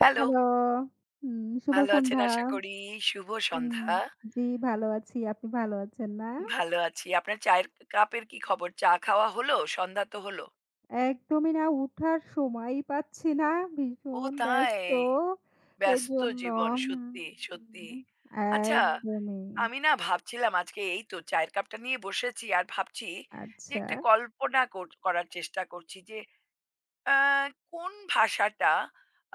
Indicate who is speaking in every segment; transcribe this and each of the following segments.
Speaker 1: Hello,
Speaker 2: hello. হুম, শুভ
Speaker 1: ভালো আছেন
Speaker 2: সন্ধ্যা।
Speaker 1: আশা করি। শুভ
Speaker 2: হুম,
Speaker 1: সন্ধ্যা।
Speaker 2: জি ভালো আছি। আপনি ভালো আছেন না?
Speaker 1: ভালো আছি। আপনার চায়ের কাপের কি খবর? চা খাওয়া হলো? সন্ধ্যা তো হলো।
Speaker 2: একদমই না উঠার সময়ই পাচ্ছি না।
Speaker 1: ও
Speaker 2: ভীষণ
Speaker 1: তাই!
Speaker 2: ব্যস্ত।
Speaker 1: ব্যস্ত
Speaker 2: এজন্য
Speaker 1: জীবন
Speaker 2: হুম,
Speaker 1: সত্যি, সত্যি।
Speaker 2: হুম,
Speaker 1: আচ্ছা,
Speaker 2: একদমই।
Speaker 1: আমি না ভাবছিলাম আজকে এই তো চায়ের কাপটা নিয়ে বসেছি আর ভাবছি যে
Speaker 2: আচ্ছা।
Speaker 1: একটা কল্পনা করার চেষ্টা করছি যে আ কোন ভাষাটা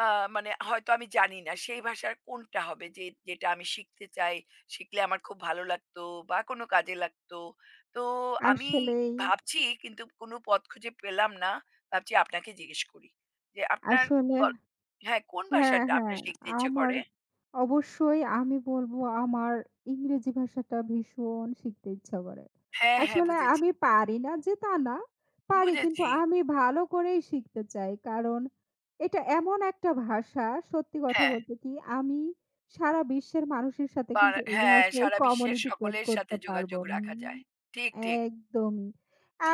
Speaker 1: আ মানে হয়তো আমি জানি না সেই ভাষার কোনটা হবে যে যেটা আমি শিখতে চাই, শিখলে আমার খুব ভালো লাগতো বা কোনো কাজে লাগতো। তো আমি
Speaker 2: আসলেই,
Speaker 1: ভাবছি কিন্তু কোনো পথ খুঁজে পেলাম না। ভাবছি আপনাকে জিজ্ঞেস করি। যে আপনার
Speaker 2: আসলে
Speaker 1: কল হ্যাঁ, কোন
Speaker 2: হ্যাঁ,
Speaker 1: ভাষাটা আপনার
Speaker 2: হ্যাঁ।
Speaker 1: শিখতে ইচ্ছে
Speaker 2: আমার
Speaker 1: করে?
Speaker 2: অবশ্যই আমি বলব আমার ইংরেজি ভাষাটা ভীষণ শিখতে ইচ্ছা করে।
Speaker 1: হ্যাঁ, হ্যাঁ
Speaker 2: আসলে
Speaker 1: বুঝেছি,
Speaker 2: আমি পারি না যে তা না, পারি কিন্তু
Speaker 1: বুঝেছি।
Speaker 2: আমি ভালো করেই শিখতে চাই। কারণ এটা এমন একটা ভাষা সত্যি কথা
Speaker 1: হ্যাঁ,
Speaker 2: বলতে কি আমি সারা বিশ্বের মানুষের সাথে
Speaker 1: বা
Speaker 2: কিন্তু এই
Speaker 1: হ্যাঁ
Speaker 2: ভাষায়
Speaker 1: সারা বিশ্বের
Speaker 2: কমিউনিকেট
Speaker 1: সকলের
Speaker 2: করতে
Speaker 1: সাথে
Speaker 2: পারবো।
Speaker 1: যোগাযোগ রাখা যায়। ঠিক, ঠিক,
Speaker 2: একদমই।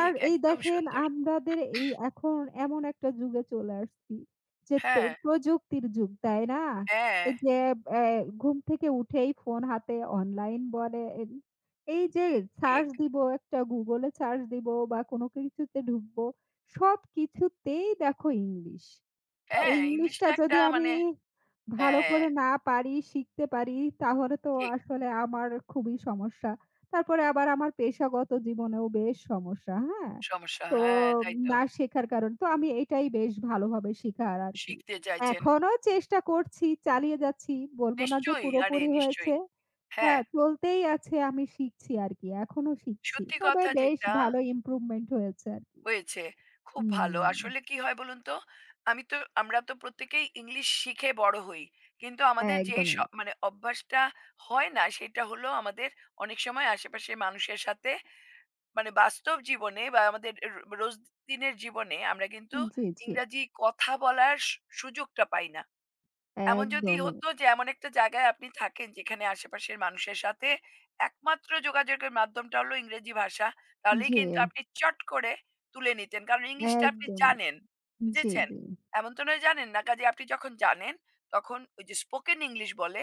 Speaker 2: আর এই
Speaker 1: একদম
Speaker 2: দেখেন
Speaker 1: সুন্দর।
Speaker 2: আমাদের এই এখন এমন একটা যুগে চলে আসছি যে তো
Speaker 1: হ্যাঁ,
Speaker 2: প্রযুক্তির যুগ, তাই না?
Speaker 1: হ্যাঁ।
Speaker 2: এই যে অ্যা ঘুম থেকে উঠেই ফোন হাতে অনলাইন বলেন, এই যে
Speaker 1: ঠিক।
Speaker 2: সার্চ দিব একটা Google এ সার্চ দিব বা কোনো কিছুতে ঢুকবো, সবকিছুতেই দেখো ইংলিশ। তো
Speaker 1: হ্যাঁ,
Speaker 2: ইংলিশটা
Speaker 1: ইংলিশটা একটা
Speaker 2: যদি আমি
Speaker 1: মানে
Speaker 2: ভালো
Speaker 1: হ্যাঁ,
Speaker 2: করে না পারি, শিখতে পারি তাহলে তো
Speaker 1: ঠিক।
Speaker 2: আসলে আমার খুবই সমস্যা। তারপরে আবার আমার পেশাগত জীবনেও বেশ সমস্যা, হ্যাঁ?
Speaker 1: সমস্যা।
Speaker 2: তো
Speaker 1: হ্যাঁ, তাই তো।
Speaker 2: না শেখার কারণ তো আমি এটাই বেশ ভালোভাবে শিখার আরকি।
Speaker 1: শিখতে চাইছেন।
Speaker 2: এখনো চেষ্টা করছি, চালিয়ে যাচ্ছি। বলব না যে
Speaker 1: নিশ্চয়ই, আরে
Speaker 2: পুরোপুরি
Speaker 1: নিশ্চয়ই।
Speaker 2: হয়েছে।
Speaker 1: হ্যাঁ,
Speaker 2: হ্যাঁ, চলতেই আছে আমি শিখছি আরকি। এখনো শিখছি।
Speaker 1: সত্যি
Speaker 2: তবে
Speaker 1: কথা
Speaker 2: বেশ
Speaker 1: যেটা
Speaker 2: ভালো ইমপ্রুভমেন্ট হয়েছে আরকি।
Speaker 1: হয়েছে, খুব ভালো।
Speaker 2: হুম,
Speaker 1: আসলে কি হয় বলুন তো? আমি তো আমরা তো প্রত্যেকেই ইংলিশ শিখে বড় হই। কিন্তু আমাদের যেই
Speaker 2: একদমই।
Speaker 1: মানে অভ্যাসটা হয় না, সেটা হলো আমাদের অনেক সময় আশেপাশের মানুষের সাথে মানে বাস্তব জীবনে বা আমাদের রোজদিনের জীবনে আমরা কিন্তু
Speaker 2: জি, জি।
Speaker 1: ইংরাজি কথা বলার সুযোগটা পাই না। এমন যদি
Speaker 2: একদমই।
Speaker 1: হতো যে এমন একটা জায়গায় আপনি থাকেন যেখানে আশেপাশের মানুষের সাথে একমাত্র যোগাযোগের মাধ্যমটা হলো ইংরেজি ভাষা, তাহলেই
Speaker 2: জি,
Speaker 1: কিন্তু আপনি চট করে তুলে নিতেন। কারণ ইংলিশটা আপনি
Speaker 2: একদমই।
Speaker 1: জানেন,
Speaker 2: জি,
Speaker 1: বুঝেছেন?
Speaker 2: জি।
Speaker 1: এমন তো নয় জানেন না। কাজেই আপনি যখন জানেন তখন ওই যে স্পোকেন ইংলিশ বলে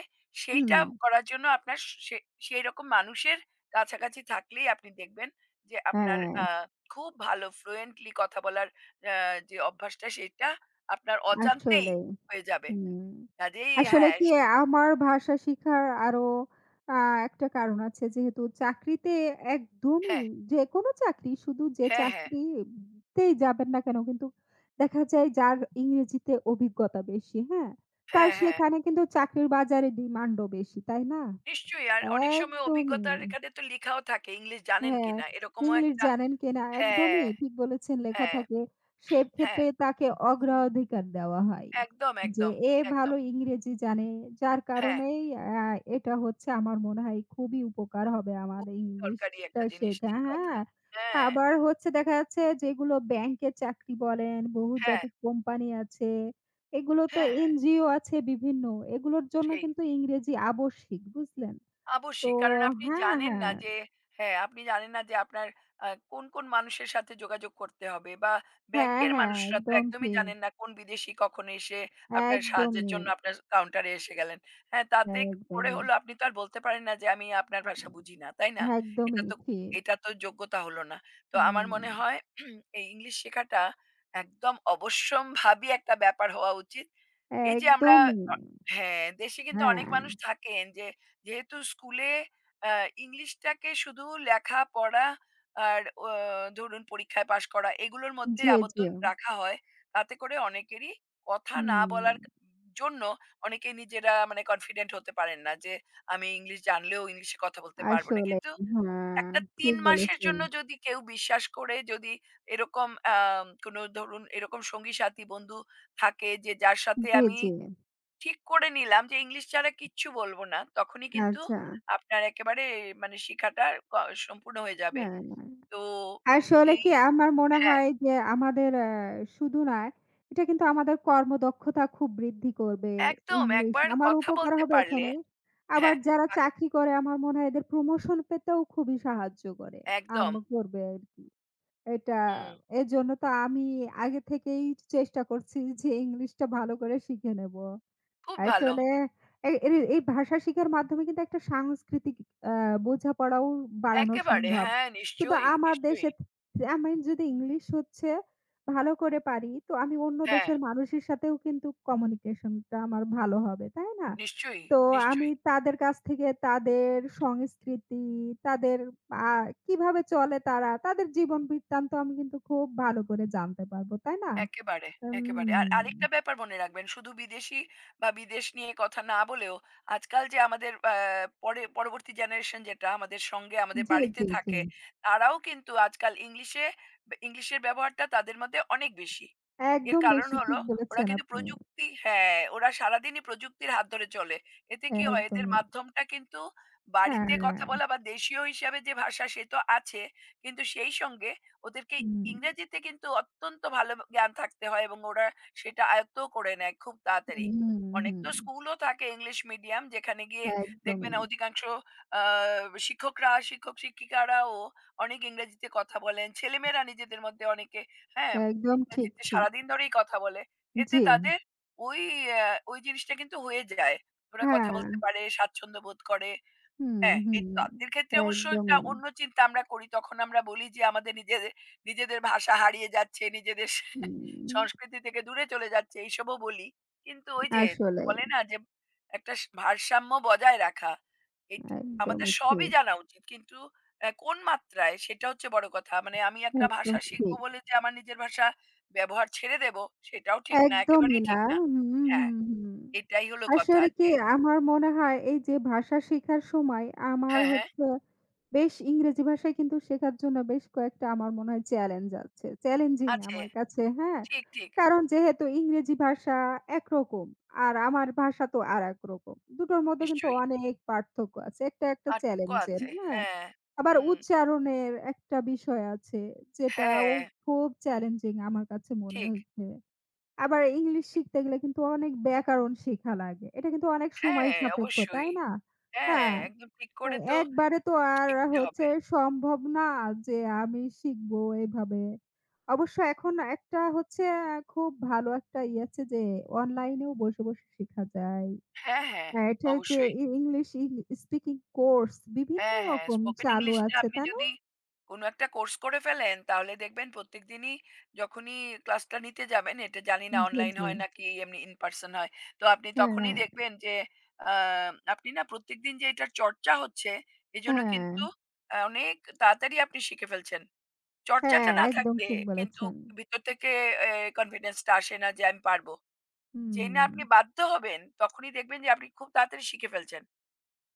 Speaker 2: হুম,
Speaker 1: সেইটা করার জন্য আপনার সে সেইরকম মানুষের কাছাকাছি থাকলেই আপনি দেখবেন যে আপনার
Speaker 2: হ্যাঁ,
Speaker 1: খুব ভালো ফ্লুয়েন্টলি কথা বলার আ যে অভ্যাসটা সেইটা আপনার অজান্তেই
Speaker 2: আসলেই।
Speaker 1: হয়ে যাবে।
Speaker 2: হুম।
Speaker 1: কাজেই
Speaker 2: আসলে
Speaker 1: হ্যাঁ,
Speaker 2: কি আমার ভাষা শিখার আরো আ একটা কারণ আছে যেহেতু চাকরিতে একদমই
Speaker 1: হ্যাঁ,
Speaker 2: যেকোনো চাকরি শুধু যে
Speaker 1: হ্যাঁ, হ্যাঁ,
Speaker 2: চাকরিতেই যাবেন না কেন কিন্তু দেখা যায় যার ইংরেজিতে অভিজ্ঞতা বেশি, হ্যাঁ? তার
Speaker 1: হ্যাঁ, হ্যাঁ,
Speaker 2: সেখানে কিন্তু চাকরির বাজারে ডিমান্ডও বেশি, তাই না?
Speaker 1: নিশ্চয়ই। আর অনেক সময়
Speaker 2: একদমই।
Speaker 1: অভিজ্ঞতার এখানে তো লেখাও থাকে ইংলিশ জানেন
Speaker 2: হ্যাঁ,
Speaker 1: কিনা। এরকমও
Speaker 2: ইংলিশ
Speaker 1: একটা
Speaker 2: জানেন কিনা?
Speaker 1: হ্যাঁ,
Speaker 2: একদমই ঠিক বলেছেন, লেখা
Speaker 1: হ্যাঁ,
Speaker 2: থাকে।
Speaker 1: হ্যাঁ,
Speaker 2: সেক্ষেত্রে তাকে অগ্রাধিকার দেওয়া হয়।
Speaker 1: একদম,
Speaker 2: যে
Speaker 1: একদম,
Speaker 2: এ ভালো
Speaker 1: একদম।
Speaker 2: ইংরেজি জানে, যার
Speaker 1: হ্যাঁ,
Speaker 2: কারণেই আ এটা হচ্ছে আমার মনে হয় খুবই উপকার হবে আমার
Speaker 1: দরকারি
Speaker 2: ইংলিশটা
Speaker 1: একটা জিনিস।
Speaker 2: শেখা,
Speaker 1: ঠিক কথা।
Speaker 2: হ্যাঁ?
Speaker 1: হ্যাঁ,
Speaker 2: আবার হচ্ছে দেখা যাচ্ছে যেগুলো ব্যাংকের চাকরি বলেন,
Speaker 1: হ্যাঁ,
Speaker 2: বহুজাতিক কোম্পানি আছে, এগুলোতে
Speaker 1: হ্যাঁ, হ্যাঁ,
Speaker 2: এনজিও আছে বিভিন্ন। এগুলোর জন্য
Speaker 1: সেই।
Speaker 2: কিন্তু ইংরেজি আবশ্যিক, বুঝলেন? তো
Speaker 1: অবশ্যই। কারণ আপনি
Speaker 2: হ্যাঁ,
Speaker 1: জানেন না
Speaker 2: হ্যাঁ।
Speaker 1: যে হ্যাঁ, আপনি জানেন না যে আপনার আ কোন, কোন মানুষের সাথে যোগাযোগ করতে হবে বা
Speaker 2: হ্যাঁ,
Speaker 1: ব্যাংকের
Speaker 2: হ্যাঁ,
Speaker 1: মানুষরা তো
Speaker 2: একদম
Speaker 1: একদমই
Speaker 2: ঠিক।
Speaker 1: জানেন না কোন বিদেশী কখন এসে আপনার সাহায্যের
Speaker 2: একদমই,
Speaker 1: জন্য আপনার কাউন্টারে এসে গেলেন। হ্যাঁ, তাতে করে
Speaker 2: একদমই।
Speaker 1: হলো আপনি তো আর বলতে পারেন না যে আমি আপনার ভাষা বুঝি না, তাই না? এটা
Speaker 2: একদমই
Speaker 1: তো
Speaker 2: ঠিক।
Speaker 1: এটা তো যোগ্যতা হলো না। তো আমার
Speaker 2: হুম,
Speaker 1: মনে হয় এই ইংলিশ শেখাটা একদম অবশ্যম্ভাবী একটা ব্যাপার হওয়া উচিত। এই যে আমরা
Speaker 2: একদমই।
Speaker 1: আ হ্যাঁ, দেশে কিন্তু অনেক
Speaker 2: হ্যাঁ,
Speaker 1: মানুষ থাকেন যে যেহেতু স্কুলে আ ইংলিশটাকে শুধু লেখাপড়া আর ধরুন পরীক্ষায় পাস করা এগুলোর মধ্যে
Speaker 2: জি,
Speaker 1: আবদ্ধ
Speaker 2: জি।
Speaker 1: রাখা হয়। তাতে করে অনেকেরই কথা না
Speaker 2: হুম,
Speaker 1: বলার জন্য অনেকেই নিজেরা মানে কনফিডেন্ট হতে পারেন না যে আমি ইংলিশ জানলেও ইংলিশে কথা বলতে পারবো না।
Speaker 2: আসলে
Speaker 1: কিন্তু
Speaker 2: হ্যাঁ,
Speaker 1: একটা ৩
Speaker 2: ঠিক
Speaker 1: মাসের
Speaker 2: বলেছেন।
Speaker 1: জন্য যদি কেউ বিশ্বাস করে যদি এরকম কোনো ধরুন এরকম সঙ্গী সাথী বন্ধু থাকে যে যার সাথে
Speaker 2: জি,
Speaker 1: আমি
Speaker 2: জি।
Speaker 1: ঠিক করে নিলাম যে ইংলিশ ছাড়া কিচ্ছু বলব না। তখনই কিন্তু
Speaker 2: আচ্ছা,
Speaker 1: আপনার একেবারে মানে শিখাটা ক সম্পূর্ণ হয়ে যাবে।
Speaker 2: হ্যাঁ। হ্যাঁ।
Speaker 1: তো
Speaker 2: আসলে
Speaker 1: এই
Speaker 2: কি আমার মনে
Speaker 1: হ্যাঁ,
Speaker 2: হয় যে আমাদের শুধু না, এটা কিন্তু আমাদের কর্মদক্ষতা খুব বৃদ্ধি করবে
Speaker 1: একদম
Speaker 2: ইংলিশ।
Speaker 1: একবার
Speaker 2: আমার
Speaker 1: কথা
Speaker 2: উপকার
Speaker 1: বলতে
Speaker 2: হবে
Speaker 1: পারলে
Speaker 2: এখানে। আবার
Speaker 1: হ্যাঁ,
Speaker 2: যারা
Speaker 1: আক
Speaker 2: চাকরি করে আমার মনে হয় এদের প্রমোশন পেতেও খুবই সাহায্য করে। আম
Speaker 1: একদম।
Speaker 2: করবে আরকি। এটা
Speaker 1: হুম,
Speaker 2: এজন্য তো আমি আগে থেকেই চেষ্টা করছি যে ইংলিশটা ভালো করে শিখে নেব।
Speaker 1: খুব ভালো।
Speaker 2: আসলে এই ভাষা শিখার মাধ্যমে কিন্তু একটা সাংস্কৃতিক আ বোঝাপড়াও বাড়ানো
Speaker 1: একেবারে
Speaker 2: সম্ভব।
Speaker 1: হ্যাঁ,
Speaker 2: শুধু
Speaker 1: নিশ্চয়ই,
Speaker 2: আমার দেশে
Speaker 1: নিশ্চয়ই।
Speaker 2: আমি যদি ইংলিশ হচ্ছে ভালো করে পারি, তো আমি অন্য
Speaker 1: হ্যাঁ,
Speaker 2: দেশের মানুষের সাথেও কিন্তু কমিউনিকেশন টা আমার ভালো হবে, তাই না?
Speaker 1: নিশ্চয়ই,
Speaker 2: তো আমি
Speaker 1: নিশ্চয়ই।
Speaker 2: তাদের কাছ থেকে তাদের সংস্কৃতি, তাদের আ কিভাবে চলে তারা, তাদের জীবন বৃত্তান্ত আমি কিন্তু খুব ভালো করে জানতে পারবো, তাই না?
Speaker 1: একেবারে, একেবারে। আর
Speaker 2: উম
Speaker 1: আরেকটা ব্যাপার মনে রাখবেন শুধু বিদেশি বা বিদেশ নিয়ে কথা না বলেও আজকাল যে আমাদের পরে পরবর্তী জেনারেশন যেটা আমাদের সঙ্গে আমাদের
Speaker 2: জি,
Speaker 1: বাড়িতে
Speaker 2: জি, জি।
Speaker 1: থাকে, তারাও কিন্তু আজকাল ইংলিশে ইংলিশের ব্যবহারটা তাদের মধ্যে অনেক বেশি। এর
Speaker 2: একদম
Speaker 1: কারণ
Speaker 2: বেশি।
Speaker 1: হলো
Speaker 2: ঠিক
Speaker 1: ওরা
Speaker 2: বলেছেন
Speaker 1: কিন্তু
Speaker 2: আপনি।
Speaker 1: প্রযুক্তি হ্যাঁ, ওরা সারাদিনই প্রযুক্তির হাত ধরে চলে। এতে কি হয় এদের
Speaker 2: একদমই।
Speaker 1: মাধ্যমটা কিন্তু বাড়িতে কথা
Speaker 2: হ্যাঁ।
Speaker 1: বলা বা দেশীয় হিসাবে যে ভাষা সে তো আছে, কিন্তু সেই সঙ্গে ওদেরকে
Speaker 2: হুম,
Speaker 1: ইংরেজিতে কিন্তু অত্যন্ত ভালো জ্ঞান থাকতে হয় এবং ওরা সেটা আয়ত্তও করে নেয় খুব তাড়াতাড়ি।
Speaker 2: হুম, হুম,
Speaker 1: অনেক
Speaker 2: হুম।
Speaker 1: তো স্কুলও থাকে ইংলিশ মিডিয়াম যেখানে গিয়ে দেখবেন
Speaker 2: একদমই।
Speaker 1: অধিকাংশ আ শিক্ষকরা, শিক্ষক-শিক্ষিকারাও অনেক ইংরেজিতে কথা বলেন। ছেলেমেয়েরা নিজেদের মধ্যে অনেকে হ্যাঁ,
Speaker 2: একদম ঠিক,
Speaker 1: ইংরেজিতে
Speaker 2: ঠিক।
Speaker 1: সারাদিন ধরেই কথা বলে। এতে
Speaker 2: জি।
Speaker 1: তাদের ওই আ ওই জিনিসটা কিন্তু হয়ে যায়। ওরা কথা
Speaker 2: হ্যাঁ।
Speaker 1: বলতে পারে, স্বাচ্ছন্দ্য বোধ করে।
Speaker 2: হুম,
Speaker 1: হ্যাঁ,
Speaker 2: হুম।
Speaker 1: এই তাদের ক্ষেত্রে অবশ্য একটা
Speaker 2: একদমই।
Speaker 1: অন্য চিন্তা আমরা করি। তখন আমরা বলি যে আমাদের নিজেদের, নিজেদের ভাষা হারিয়ে যাচ্ছে, নিজেদের স-
Speaker 2: হুম,
Speaker 1: সংস্কৃতি থেকে দূরে চলে যাচ্ছে এইসবও বলি। কিন্তু ওই যে
Speaker 2: আসলে
Speaker 1: বলে না যে একটা ভারসাম্য বজায় রাখা। এট আমাদের
Speaker 2: একদমই
Speaker 1: সবই
Speaker 2: ঠিক।
Speaker 1: জানা উচিত। কিন্তু কোন মাত্রায় সেটা হচ্ছে বড় কথা। মানে আমি একটা
Speaker 2: একদম
Speaker 1: ভাষা শিখব
Speaker 2: ঠিক।
Speaker 1: বলে যে আমার নিজের ভাষা ব্যবহার ছেড়ে দেব সেটাও ঠিক না,
Speaker 2: একদমই
Speaker 1: একেবারেই
Speaker 2: না।
Speaker 1: ঠিক না।
Speaker 2: হুম, হুম,
Speaker 1: হ্যাঁ,
Speaker 2: হুম।
Speaker 1: এটাই হলো কথা
Speaker 2: আসলে কি
Speaker 1: যে
Speaker 2: আমার মনে হয় এই যে ভাষা শেখার সময় আমার
Speaker 1: হ্যাঁ, হ্যাঁ,
Speaker 2: হচ্ছে বেশ ইংরেজি ভাষায় কিন্তু শেখার জন্য বেশ কয়েকটা আমার মনে হয় চ্যালেঞ্জ আছে। চ্যালেঞ্জিং
Speaker 1: আছে।
Speaker 2: আমার কাছে, হ্যাঁ?
Speaker 1: ঠিক, ঠিক।
Speaker 2: কারণ যেহেতু ইংরেজি ভাষা একরকম আর আমার ভাষা তো আরেক রকম। দুটোর মধ্যে কিন্তু
Speaker 1: নিশ্চয়ই।
Speaker 2: অনেক পার্থক্য আছে। একটা
Speaker 1: পার্থক্য
Speaker 2: চ্যালেঞ্জের,
Speaker 1: আছে।
Speaker 2: হ্যাঁ?
Speaker 1: হ্যাঁ,
Speaker 2: আবার
Speaker 1: হুম,
Speaker 2: উচ্চারণের একটা বিষয় আছে যেটাও
Speaker 1: হ্যাঁ,
Speaker 2: খুব চ্যালেঞ্জিং আমার কাছে মনে
Speaker 1: ঠিক।
Speaker 2: হয়েছে। আবার ইংলিশ শিখতে গেলে কিন্তু অনেক ব্যাকরণ শিখা লাগে। এটা কিন্তু অনেক সময়
Speaker 1: হ্যাঁ,
Speaker 2: সাপেক্ষ, তাই
Speaker 1: অবশ্যই।
Speaker 2: না?
Speaker 1: হ্যাঁ,
Speaker 2: হ্যাঁ,
Speaker 1: একদম ঠিক
Speaker 2: এ
Speaker 1: করে তো
Speaker 2: একবারে তো আর
Speaker 1: শিখতে
Speaker 2: হচ্ছে
Speaker 1: হবে।
Speaker 2: সম্ভব না যে আমি শিখবো এভাবে। অবশ্য এখন একটা হচ্ছে খুব ভালো একটা ইয়ে আছে যে অনলাইনেও বসে, বসে শিখা যায়।
Speaker 1: হ্যাঁ, হ্যাঁ,
Speaker 2: হ্যাঁ, এটা হচ্ছে
Speaker 1: অবশ্যই।
Speaker 2: ইংলিশ স্পিকিং কোর্স বিভিন্ন
Speaker 1: হ্যাঁ, হ্যাঁ,
Speaker 2: রকম
Speaker 1: স্পোকেন
Speaker 2: চালু
Speaker 1: ইংলিশটা
Speaker 2: আছে,
Speaker 1: আপনি
Speaker 2: তাই না?
Speaker 1: যদি কোনো একটা কোর্স করে ফেলেন, তাহলে দেখবেন প্রত্যেকদিনই যখনই ক্লাসটা নিতে যাবেন, এটা জানি না
Speaker 2: জি,
Speaker 1: অনলাইন
Speaker 2: জি।
Speaker 1: হয় নাকি এমনি ইন পারসন হয়। তো আপনি
Speaker 2: হ্যাঁ,
Speaker 1: তখনই দেখবেন যে আ আপনি না প্রত্যেকদিন যে এটার চর্চা হচ্ছে, এজন্য
Speaker 2: হ্যাঁ,
Speaker 1: কিন্তু অনেক তাড়াতাড়ি আপনি শিখে ফেলছেন।
Speaker 2: হ্যাঁ,
Speaker 1: চর্চাটা না
Speaker 2: একদম
Speaker 1: থাকলে
Speaker 2: ঠিক
Speaker 1: কিন্তু
Speaker 2: বলেছেন।
Speaker 1: ভিতর থেকে এ কনফিডেন্স টা আসে না যে আমি পারবো। যেই না
Speaker 2: হুম,
Speaker 1: আপনি বাধ্য হবেন তখনই দেখবেন যে আপনি খুব তাড়াতাড়ি শিখে ফেলছেন।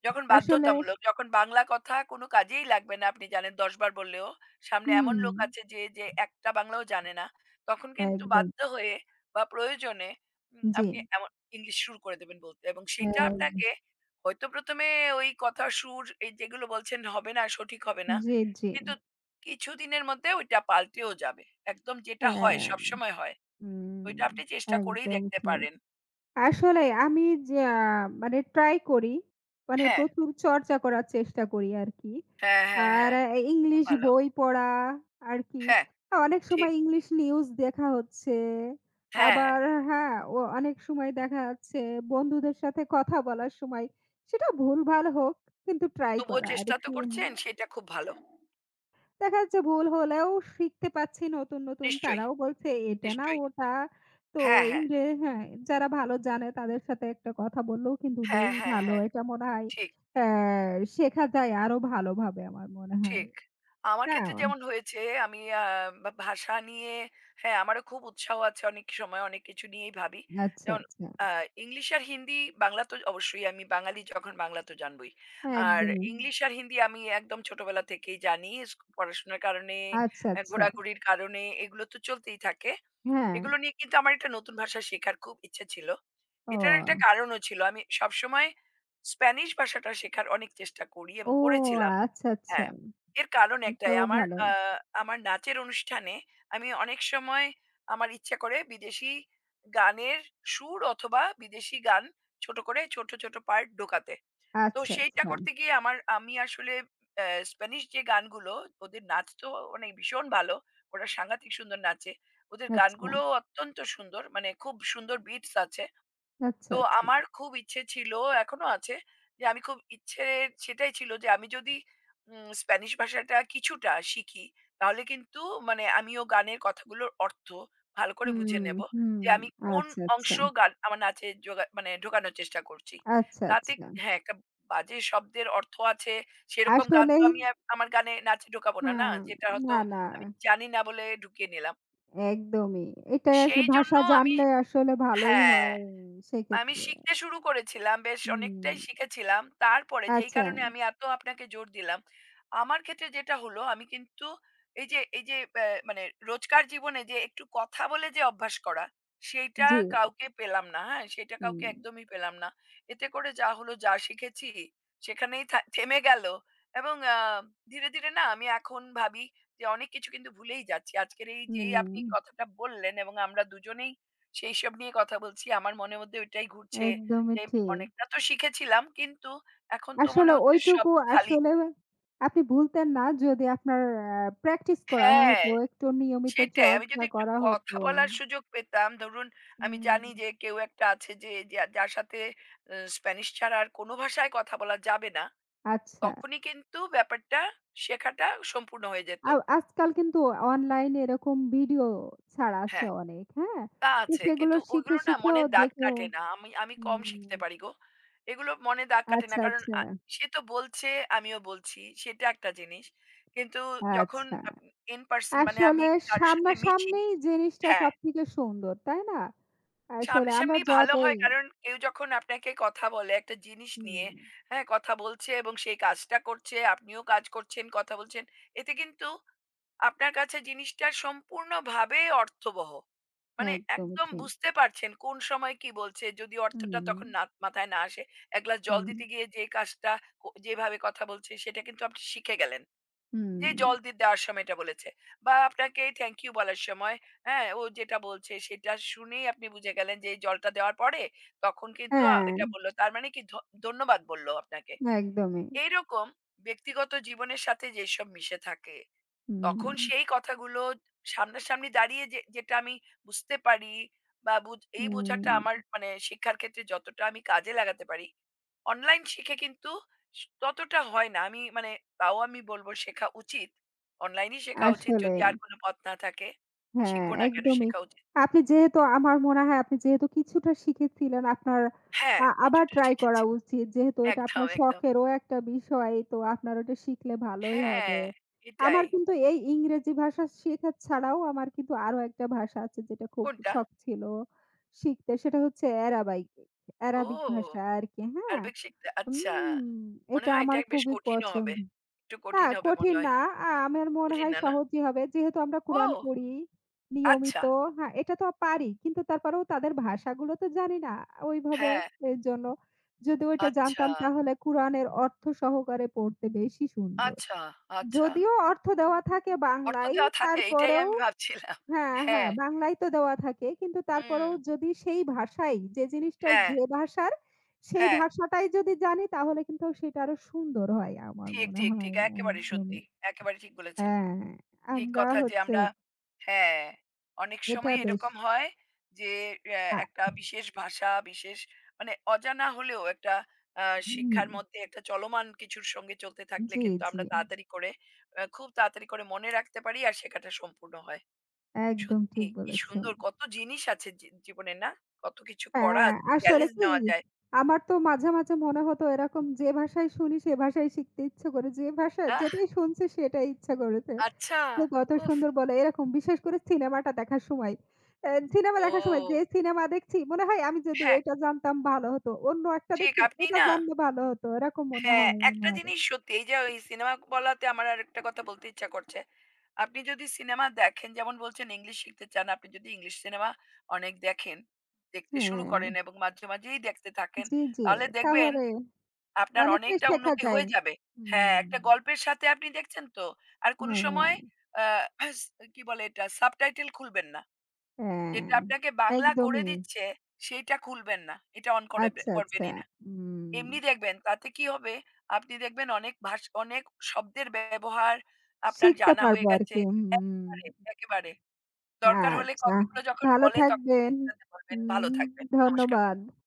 Speaker 1: যখন
Speaker 2: আসলে
Speaker 1: বাধ্যতামূলক, যখন বাংলা কথা কোনো কাজেই লাগবে না আপনি জানেন ১০ বার বললেও। সামনে এমন
Speaker 2: হুম,
Speaker 1: লোক আছে যে, যে একটা বাংলাও জানে না। তখন কিন্তু
Speaker 2: একদম।
Speaker 1: বাধ্য হয়ে বা প্রয়োজনে
Speaker 2: জি,
Speaker 1: আপনি এমন ইংলিশ শুরু করে দেবেন বলতে এবং সেটা
Speaker 2: হ্যাঁ,
Speaker 1: আপনাকে হয়তো ১ম এ ওই কথা সুর এই যেগুলো বলছেন হবে না, সঠিক হবে না।
Speaker 2: জি, জি।
Speaker 1: কিন্তু কিছুদিনের মধ্যে ওইটা পাল্টেও যাবে। একদম যেটা হয়
Speaker 2: হ্যাঁ,
Speaker 1: সবসময় হয়।
Speaker 2: হুম।
Speaker 1: ওইটা আপনি চেষ্টা করেই
Speaker 2: একদম
Speaker 1: দেখতে
Speaker 2: ঠিক।
Speaker 1: পারেন।
Speaker 2: আসলে আমি যে আহ, মানে ট্রাই করি, মানে
Speaker 1: হ্যাঁ,
Speaker 2: প্রচুর চর্চা করার চেষ্টা করি আরকি।
Speaker 1: হ্যাঁ, হ্যাঁ,
Speaker 2: আর
Speaker 1: হ্যাঁ।
Speaker 2: আহ,
Speaker 1: খুব
Speaker 2: ইংলিশ
Speaker 1: ভালো।
Speaker 2: বই পড়া আরকি।
Speaker 1: হ্যাঁ,
Speaker 2: হ্যাঁ, অনেক
Speaker 1: ঠিক।
Speaker 2: সময় ইংলিশ নিউজ দেখা হচ্ছে।
Speaker 1: হ্যাঁ, হ্যাঁ।
Speaker 2: আবার হ্যাঁ, ও অনেক সময় দেখা যাচ্ছে বন্ধুদের সাথে কথা বলার সময় সেটা ভুলভাল হোক কিন্তু ট্রাই
Speaker 1: তবুও
Speaker 2: করা
Speaker 1: চেষ্টা তো
Speaker 2: আরকি।
Speaker 1: করছেন, সেটা খুব ভালো।
Speaker 2: দেখা যাচ্ছে ভুল হলেও শিখতে পাচ্ছি নতুন, নতুন।
Speaker 1: নিশ্চয়ই,
Speaker 2: তারাও বলছে এটা না
Speaker 1: নিশ্চয়ই।
Speaker 2: ওটা। তো
Speaker 1: হ্যাঁ, হ্যাঁ।
Speaker 2: ইংরে হ্যাঁ, যারা ভালো জানে তাদের সাথে একটা কথা বললেও কিন্তু
Speaker 1: হ্যাঁ,
Speaker 2: বেশ
Speaker 1: হ্যাঁ,
Speaker 2: ভালো।
Speaker 1: হ্যাঁ।
Speaker 2: এটা মনে হয়
Speaker 1: ঠিক,
Speaker 2: অ্যা শেখা যায় আরো ভালোভাবে আমার মনে হয়।
Speaker 1: ঠিক। আমার
Speaker 2: হ্যাঁ,
Speaker 1: ক্ষেত্রে যেমন হয়েছে আমি বা ভাষা নিয়ে হ্যাঁ, আমারও খুব উৎসাহ আছে অনেক সময় অনেক কিছু নিয়েই ভাবি।
Speaker 2: আচ্ছা,
Speaker 1: যেমন
Speaker 2: আচ্ছা।
Speaker 1: আ ইংলিশ আর হিন্দি, বাংলা তো অবশ্যই আমি বাঙালি যখন বাংলা তো জানবই। আর
Speaker 2: একদমই।
Speaker 1: ইংলিশ আর হিন্দি আমি একদম ছোটবেলা থেকেই জানি। পড়াশোনার কারণে,
Speaker 2: আচ্ছা, আচ্ছা।
Speaker 1: ঘোরাঘুরির কারণে এগুলো তো চলতেই থাকে।
Speaker 2: হ্যাঁ।
Speaker 1: এগুলো নিয়ে কিন্তু আমার একটা নতুন ভাষা শেখার খুব ইচ্ছে ছিল।
Speaker 2: ও,
Speaker 1: এটার একটা কারণও ছিল। আমি সবসময় স্প্যানিশ ভাষাটা শেখার অনেক চেষ্টা করি এবং
Speaker 2: ও
Speaker 1: করেছিলাম।
Speaker 2: আচ্ছা, আচ্ছা।
Speaker 1: হ্যাঁ, এর কারণ একটাই
Speaker 2: এটাও
Speaker 1: আমার
Speaker 2: ভালো।
Speaker 1: আমার নাচের অনুষ্ঠানে আমি অনেক সময় আমার ইচ্ছা করে বিদেশি গানের সুর অথবা বিদেশি গান ছোট করে ছোট, ছোট পার্ট ঢোকাতে। তো
Speaker 2: আচ্ছা,
Speaker 1: সেইটা
Speaker 2: আচ্ছা,
Speaker 1: করতে গিয়ে আমি আসলে আহ, স্প্যানিশ যে গানগুলো ওদের নাচ তো মানে ভীষণ ভালো ওরা সাংঘাতিক সুন্দর নাচে ওদের
Speaker 2: আচ্ছা,
Speaker 1: গানগুলো অত্যন্ত সুন্দর মানে খুব সুন্দর বিটস আছে
Speaker 2: আচ্ছা,
Speaker 1: তো
Speaker 2: আচ্ছা।
Speaker 1: আমার খুব ইচ্ছে ছিল, এখনো আছে যে আমি খুব ইচ্ছে সেটাই ছিল যে আমি যদি স্প্যানিশ ভাষাটা কিছুটা শিখি, তাহলে কিন্তু মানে আমিও গানের কথাগুলোর অর্থ ভালো করে বুঝে
Speaker 2: হুম,
Speaker 1: নেব।
Speaker 2: হুম।
Speaker 1: যে আমি কোন
Speaker 2: আচ্ছা, আচ্ছা,
Speaker 1: অংশ গান আমার নাচে মানে ঢোকানোর চেষ্টা করছি।
Speaker 2: আচ্ছা,
Speaker 1: তাতে
Speaker 2: আচ্ছা।
Speaker 1: হ্যাঁ, একটা বাজে শব্দের অর্থ আছে, সেরকম গান তো
Speaker 2: আসলেই
Speaker 1: আমি আর আমার গানে নাচে ঢোকাবো না, না?
Speaker 2: হুম,
Speaker 1: যেটা
Speaker 2: না,
Speaker 1: হয়তো
Speaker 2: না
Speaker 1: আমি জানি না বলে ঢুকিয়ে নিলাম।
Speaker 2: একদমই। এটাই আসলে
Speaker 1: সেইজন্য
Speaker 2: ভাষা
Speaker 1: আমি
Speaker 2: জানলে আসলে ভালোই
Speaker 1: হ্যাঁ।
Speaker 2: হয়
Speaker 1: আমি
Speaker 2: সেক্ষেত্রে।
Speaker 1: শিখতে শুরু করেছিলাম। বেশ
Speaker 2: হুম,
Speaker 1: অনেকটাই শিখেছিলাম। তারপরে যেই
Speaker 2: আচ্ছা
Speaker 1: কারণে আমি এত আপনাকে জোর দিলাম। আমার ক্ষেত্রে যেটা হলো আমি কিন্তু এই যে মানে রোজকার জীবনে যে একটু কথা বলে যে অভ্যাস করা, সেইটা
Speaker 2: জি,
Speaker 1: কাউকে পেলাম না, হ্যাঁ? সেটা
Speaker 2: হুম,
Speaker 1: কাউকে একদমই পেলাম না। এতে করে যা হলো যা শিখেছি সেখানেই থেমে গেল এবং ধীরে, ধীরে না আমি এখন ভাবি যে অনেক কিছু কিন্তু ভুলেই যাচ্ছি। আজকের এই যেই
Speaker 2: হুম,
Speaker 1: আপনি কথাটা বললেন এবং আমরা দুজনেই সেইসব নিয়ে কথা বলছি। আমার মনের মধ্যে ওইটাই ঘুরছে
Speaker 2: একদমই
Speaker 1: যে
Speaker 2: ঠিক।
Speaker 1: অনেকটা তো শিখেছিলাম কিন্তু এখন তো মনে
Speaker 2: আসলে
Speaker 1: হচ্ছে সব
Speaker 2: ওইটুকু
Speaker 1: খালি।
Speaker 2: আসলে আপনি ভুলতেন না যদি আপনার আ প্র্যাকটিস করা
Speaker 1: হ্যাঁ,
Speaker 2: হতো, একটু নিয়মিত
Speaker 1: সেটাই। আমি
Speaker 2: চর্চা
Speaker 1: যদি একটু
Speaker 2: করা
Speaker 1: কথা
Speaker 2: হতো।
Speaker 1: বলার সুযোগ পেতাম, ধরুন আমি
Speaker 2: হুম,
Speaker 1: জানি যে কেউ একটা আছে যে যার সাথে স্প্যানিশ ছাড়া আর কোনো ভাষায় কথা বলা যাবে না,
Speaker 2: আচ্ছা।
Speaker 1: তখনই কিন্তু ব্যাপারটা শেখাটা সম্পূর্ণ হয়ে যেত।
Speaker 2: আ আজকাল কিন্তু অনলাইনে এরকম ভিডিও ছাড়া আছে
Speaker 1: হ্যাঁ।
Speaker 2: অনেক, হ্যাঁ?
Speaker 1: তা
Speaker 2: তো
Speaker 1: আছে।
Speaker 2: সেগুলো
Speaker 1: কিন্তু
Speaker 2: শিখে,
Speaker 1: ওগুলো না
Speaker 2: শিখেও
Speaker 1: মনে দাগ
Speaker 2: দেখেও
Speaker 1: কাটে না। আমি আমি কম
Speaker 2: হুম,
Speaker 1: শিখতে পারি গো। এগুলো মনে দাগ কাটে না।
Speaker 2: আচ্ছা,
Speaker 1: কারণ
Speaker 2: আচ্ছা,
Speaker 1: সে তো বলছে, আমিও বলছি। সেটা একটা জিনিস। কিন্তু যখন
Speaker 2: আচ্ছা।
Speaker 1: আপ in person মানে আমি
Speaker 2: আসলে
Speaker 1: কারো সাথে মিশি
Speaker 2: সামনাসামনি জিনিসটা
Speaker 1: হ্যাঁ,
Speaker 2: সবথেকে সুন্দর, তাই না? আসলে আমরা
Speaker 1: সামনাসামনি ভালো
Speaker 2: যতই
Speaker 1: হয়। কারণ কেউ যখন আপনাকে কথা বলে একটা জিনিস নিয়ে,
Speaker 2: হুম,
Speaker 1: হ্যাঁ, কথা বলছে এবং সেই কাজটা করছে, আপনিও কাজ করছেন, কথা বলছেন। এতে কিন্তু আপনার কাছে জিনিসটা সম্পূর্ণভাবে অর্থবহ। মানে
Speaker 2: একদম
Speaker 1: একদম
Speaker 2: ঠিক।
Speaker 1: বুঝতে পারছেন কোন সময় কি বলছে। যদি অর্থটা
Speaker 2: হুম,
Speaker 1: তখন মাথায় না আসে, এক গ্লাস জল
Speaker 2: হুম,
Speaker 1: দিতে গিয়ে যে কাজটা ও যেভাবে কথা বলছে সেটা কিন্তু আপনি শিখে গেলেন।
Speaker 2: হুম।
Speaker 1: যে জল দেওয়ার সময় এটা বলেছে। বা আপনাকে থ্যাংক ইউ বলার সময়, হ্যাঁ, ও যেটা বলছে সেটা শুনেই আপনি বুঝে গেলেন যে এই জলটা দেওয়ার পরে তখন কিন্তু
Speaker 2: হ্যাঁ,
Speaker 1: এটা বলল। তার মানে কি ধন্যবাদ বলল আপনাকে।
Speaker 2: একদমই।
Speaker 1: এইরকম ব্যক্তিগত জীবনের সাথে যেসব মিশে থাকে
Speaker 2: হুম,
Speaker 1: তখন সেই কথাগুলো সামনাসামনি দাঁড়িয়ে যে যেটা আমি বুঝতে পারি বা এই বোঝাটা আমার
Speaker 2: হুম,
Speaker 1: মানে শিক্ষার ক্ষেত্রে যতটা আমি কাজে লাগাতে পারি, অনলাইন শিখে কিন্তু ততটা হয় না। আমি মানে তাও আমি বলব শেখা উচিত। অনলাইনেই শেখা উচিত
Speaker 2: আসলে।
Speaker 1: যদি আর কোন পথ না থাকে।
Speaker 2: হ্যাঁ,
Speaker 1: শিখব না কেন
Speaker 2: একদমই।
Speaker 1: শেখা উচিত।
Speaker 2: আপনি যেহেতু আমার মনে হয় আপনি যেহেতু কিছুটা শিখেছিলেন আপনার
Speaker 1: হ্যাঁ,
Speaker 2: আবার
Speaker 1: কিছুটা
Speaker 2: ট্রাই করা
Speaker 1: শিখেছিলাম।
Speaker 2: উচিত। যেহেতু এটা
Speaker 1: একদম,
Speaker 2: আপনার
Speaker 1: একদম।
Speaker 2: শখেরও একটা বিষয় তো আপনার ওটা শিখলে ভালোই
Speaker 1: হ্যাঁ,
Speaker 2: হবে। আমার
Speaker 1: এটাই।
Speaker 2: কিন্তু এই ইংরেজি ভাষা শেখা ছাড়াও আমার কিন্তু আরো একটা ভাষা আছে যেটা খুব
Speaker 1: কোনটা?
Speaker 2: শখ ছিল শিখতে। সেটা হচ্ছে
Speaker 1: ও!
Speaker 2: অ্যারাবিক ভাষা আরকি। হ্যাঁ?
Speaker 1: আরবিক শিখতে আচ্ছা।
Speaker 2: হুম,
Speaker 1: মনে
Speaker 2: এটা
Speaker 1: হয়
Speaker 2: আমার
Speaker 1: এটা বেশ
Speaker 2: খুবই
Speaker 1: কঠিনও
Speaker 2: পছন্দ।
Speaker 1: হবে। একটু
Speaker 2: না,
Speaker 1: কঠিন হবে মনে
Speaker 2: কঠিন
Speaker 1: হয়।
Speaker 2: না। আমার মনে হয়
Speaker 1: বুঝিনা না?
Speaker 2: সহজই হবে। যেহেতু আমরা কোরআন
Speaker 1: ও!
Speaker 2: পড়ি
Speaker 1: আচ্ছা।
Speaker 2: নিয়মিত, হ্যাঁ, এটা তো পারি। কিন্তু তারপরেও তাদের ভাষাগুলো তো জানি না ওইভাবে।
Speaker 1: হ্যাঁ,
Speaker 2: এরজন্য যদি ওইটা
Speaker 1: আচ্ছা,
Speaker 2: জানতাম তাহলে কোরআনের অর্থ সহকারে পড়তে বেশি সুন্দর।
Speaker 1: আচ্ছা, আচ্ছা।
Speaker 2: যদিও অর্থ দেওয়া থাকে
Speaker 1: অর্থ
Speaker 2: বাংলায়,
Speaker 1: দেওয়া থাকে এটাই
Speaker 2: তারপরেও
Speaker 1: আমি ভাবছিলাম।
Speaker 2: হ্যাঁ, হ্যাঁ,
Speaker 1: হ্যাঁ,
Speaker 2: বাংলায় তো দেওয়া থাকে। কিন্তু
Speaker 1: হুম,
Speaker 2: তারপরেও যদি সেই ভাষাই যে জিনিসটা
Speaker 1: হ্যাঁ,
Speaker 2: যে ভাষার সেই
Speaker 1: হ্যাঁ।
Speaker 2: ভাষাটাই যদি জানি তাহলে কিন্তু সেটা আরো সুন্দর হয় আমার
Speaker 1: ঠিক,
Speaker 2: মনে
Speaker 1: ঠিক,
Speaker 2: হয়
Speaker 1: ঠিক। একেবারে
Speaker 2: একদমই।
Speaker 1: সত্যি। একেবারে ঠিক বলেছেন।
Speaker 2: হ্যাঁ,
Speaker 1: ঠিক
Speaker 2: আমরা
Speaker 1: কথা যে
Speaker 2: হচ্ছে
Speaker 1: আমরা হ্যাঁ, অনেক
Speaker 2: এটা
Speaker 1: সময়
Speaker 2: বেশ
Speaker 1: এরকম হয় যে
Speaker 2: আ
Speaker 1: একটা বিশেষ ভাষা, বিশেষ মানে অজানা হলেও একটা আ
Speaker 2: হুম,
Speaker 1: শিক্ষার মধ্যে একটা চলমান কিছুর সঙ্গে চলতে থাকলে
Speaker 2: জি,
Speaker 1: কিন্তু
Speaker 2: জি।
Speaker 1: আমরা তাড়াতাড়ি করে খুব তাড়াতাড়ি করে মনে রাখতে পারি আর শেখাটা সম্পূর্ণ হয়।
Speaker 2: একদম
Speaker 1: সত্যি
Speaker 2: ঠিক
Speaker 1: কি
Speaker 2: বলেছেন।
Speaker 1: সুন্দর কত জিনিস আছে জীবনে না? কত কিছু করা
Speaker 2: হ্যাঁ,
Speaker 1: আছে,
Speaker 2: আসলে
Speaker 1: চ্যালেঞ্জ
Speaker 2: কি
Speaker 1: নেওয়া যায়।
Speaker 2: আমার তো মাঝে, মাঝে মনে হতো এরকম যে ভাষায় শুনি সে ভাষায় শিখতে ইচ্ছা করে। যে ভাষা
Speaker 1: আহ!
Speaker 2: যেটাই শুনছি সেটাই ইচ্ছা করেছে।
Speaker 1: আচ্ছা।
Speaker 2: তো কত
Speaker 1: উফ!
Speaker 2: সুন্দর বলে এরকম বিশেষ করে সিনেমাটা দেখার সময়। সিনেমা দেখার সময় যে
Speaker 1: ও
Speaker 2: সিনেমা দেখছি মনে হয় আমি যদি
Speaker 1: হ্যাঁ,
Speaker 2: এটা জানতাম ভালো হতো। অন্য একটা
Speaker 1: ঠিক
Speaker 2: দেখছি
Speaker 1: আপনি
Speaker 2: এটা
Speaker 1: না
Speaker 2: জানলে ভালো হতো। এরকম মনে
Speaker 1: হ্যাঁ,
Speaker 2: হয়
Speaker 1: একটা
Speaker 2: আমার।
Speaker 1: জিনিস সত্যি এই যে ওই সিনেমা বলাতে আমার আরেকটা কথা বলতে ইচ্ছা করছে। আপনি যদি সিনেমা দেখেন যেমন বলছেন ইংলিশ শিখতে চান, আপনি যদি ইংলিশ সিনেমা অনেক দেখেন, দেখতে শুরু
Speaker 2: হ্যাঁ,
Speaker 1: করেন এবং মাঝে মাঝেই দেখতে থাকেন
Speaker 2: জি, জি।
Speaker 1: তাহলে দেখবেন
Speaker 2: তাহলে
Speaker 1: আপনার
Speaker 2: অনেকটাই
Speaker 1: অনেকটা
Speaker 2: শেখা
Speaker 1: উন্নতি
Speaker 2: যায়।
Speaker 1: হয়ে যাবে। হ্যাঁ,
Speaker 2: হুম,
Speaker 1: একটা গল্পের সাথে আপনি দেখছেন তো? আর কোনো সময়
Speaker 2: হ্যাঁ,
Speaker 1: আ কি বলে এটা? সাবটাইটেল খুলবেন না।
Speaker 2: হ্যাঁ,
Speaker 1: যেটা আপনাকে বাংলা করে
Speaker 2: একদমই।
Speaker 1: দিচ্ছে, সেইটা খুলবেন না। এটা অন করে
Speaker 2: আচ্ছা, আচ্ছা।
Speaker 1: করবেনই না।
Speaker 2: হুম,
Speaker 1: এমনি দেখবেন, তাতে কি হবে? আপনি দেখবেন অনেক অনেক শব্দের ব্যবহার আপনার
Speaker 2: শিখতে
Speaker 1: জানা
Speaker 2: পারবো
Speaker 1: হয়ে গেছে।
Speaker 2: আরকি। হুম,
Speaker 1: একেবারে, একেবারে। দরকার হলে
Speaker 2: আচ্ছা।
Speaker 1: কথাগুলো যখন
Speaker 2: ভালো
Speaker 1: বলে, তখন
Speaker 2: থাকবেন।
Speaker 1: সাথে, সাথে বলবেন, "ভালো
Speaker 2: হুম,
Speaker 1: থাকবেন। নমস্কার।"
Speaker 2: ধন্যবাদ।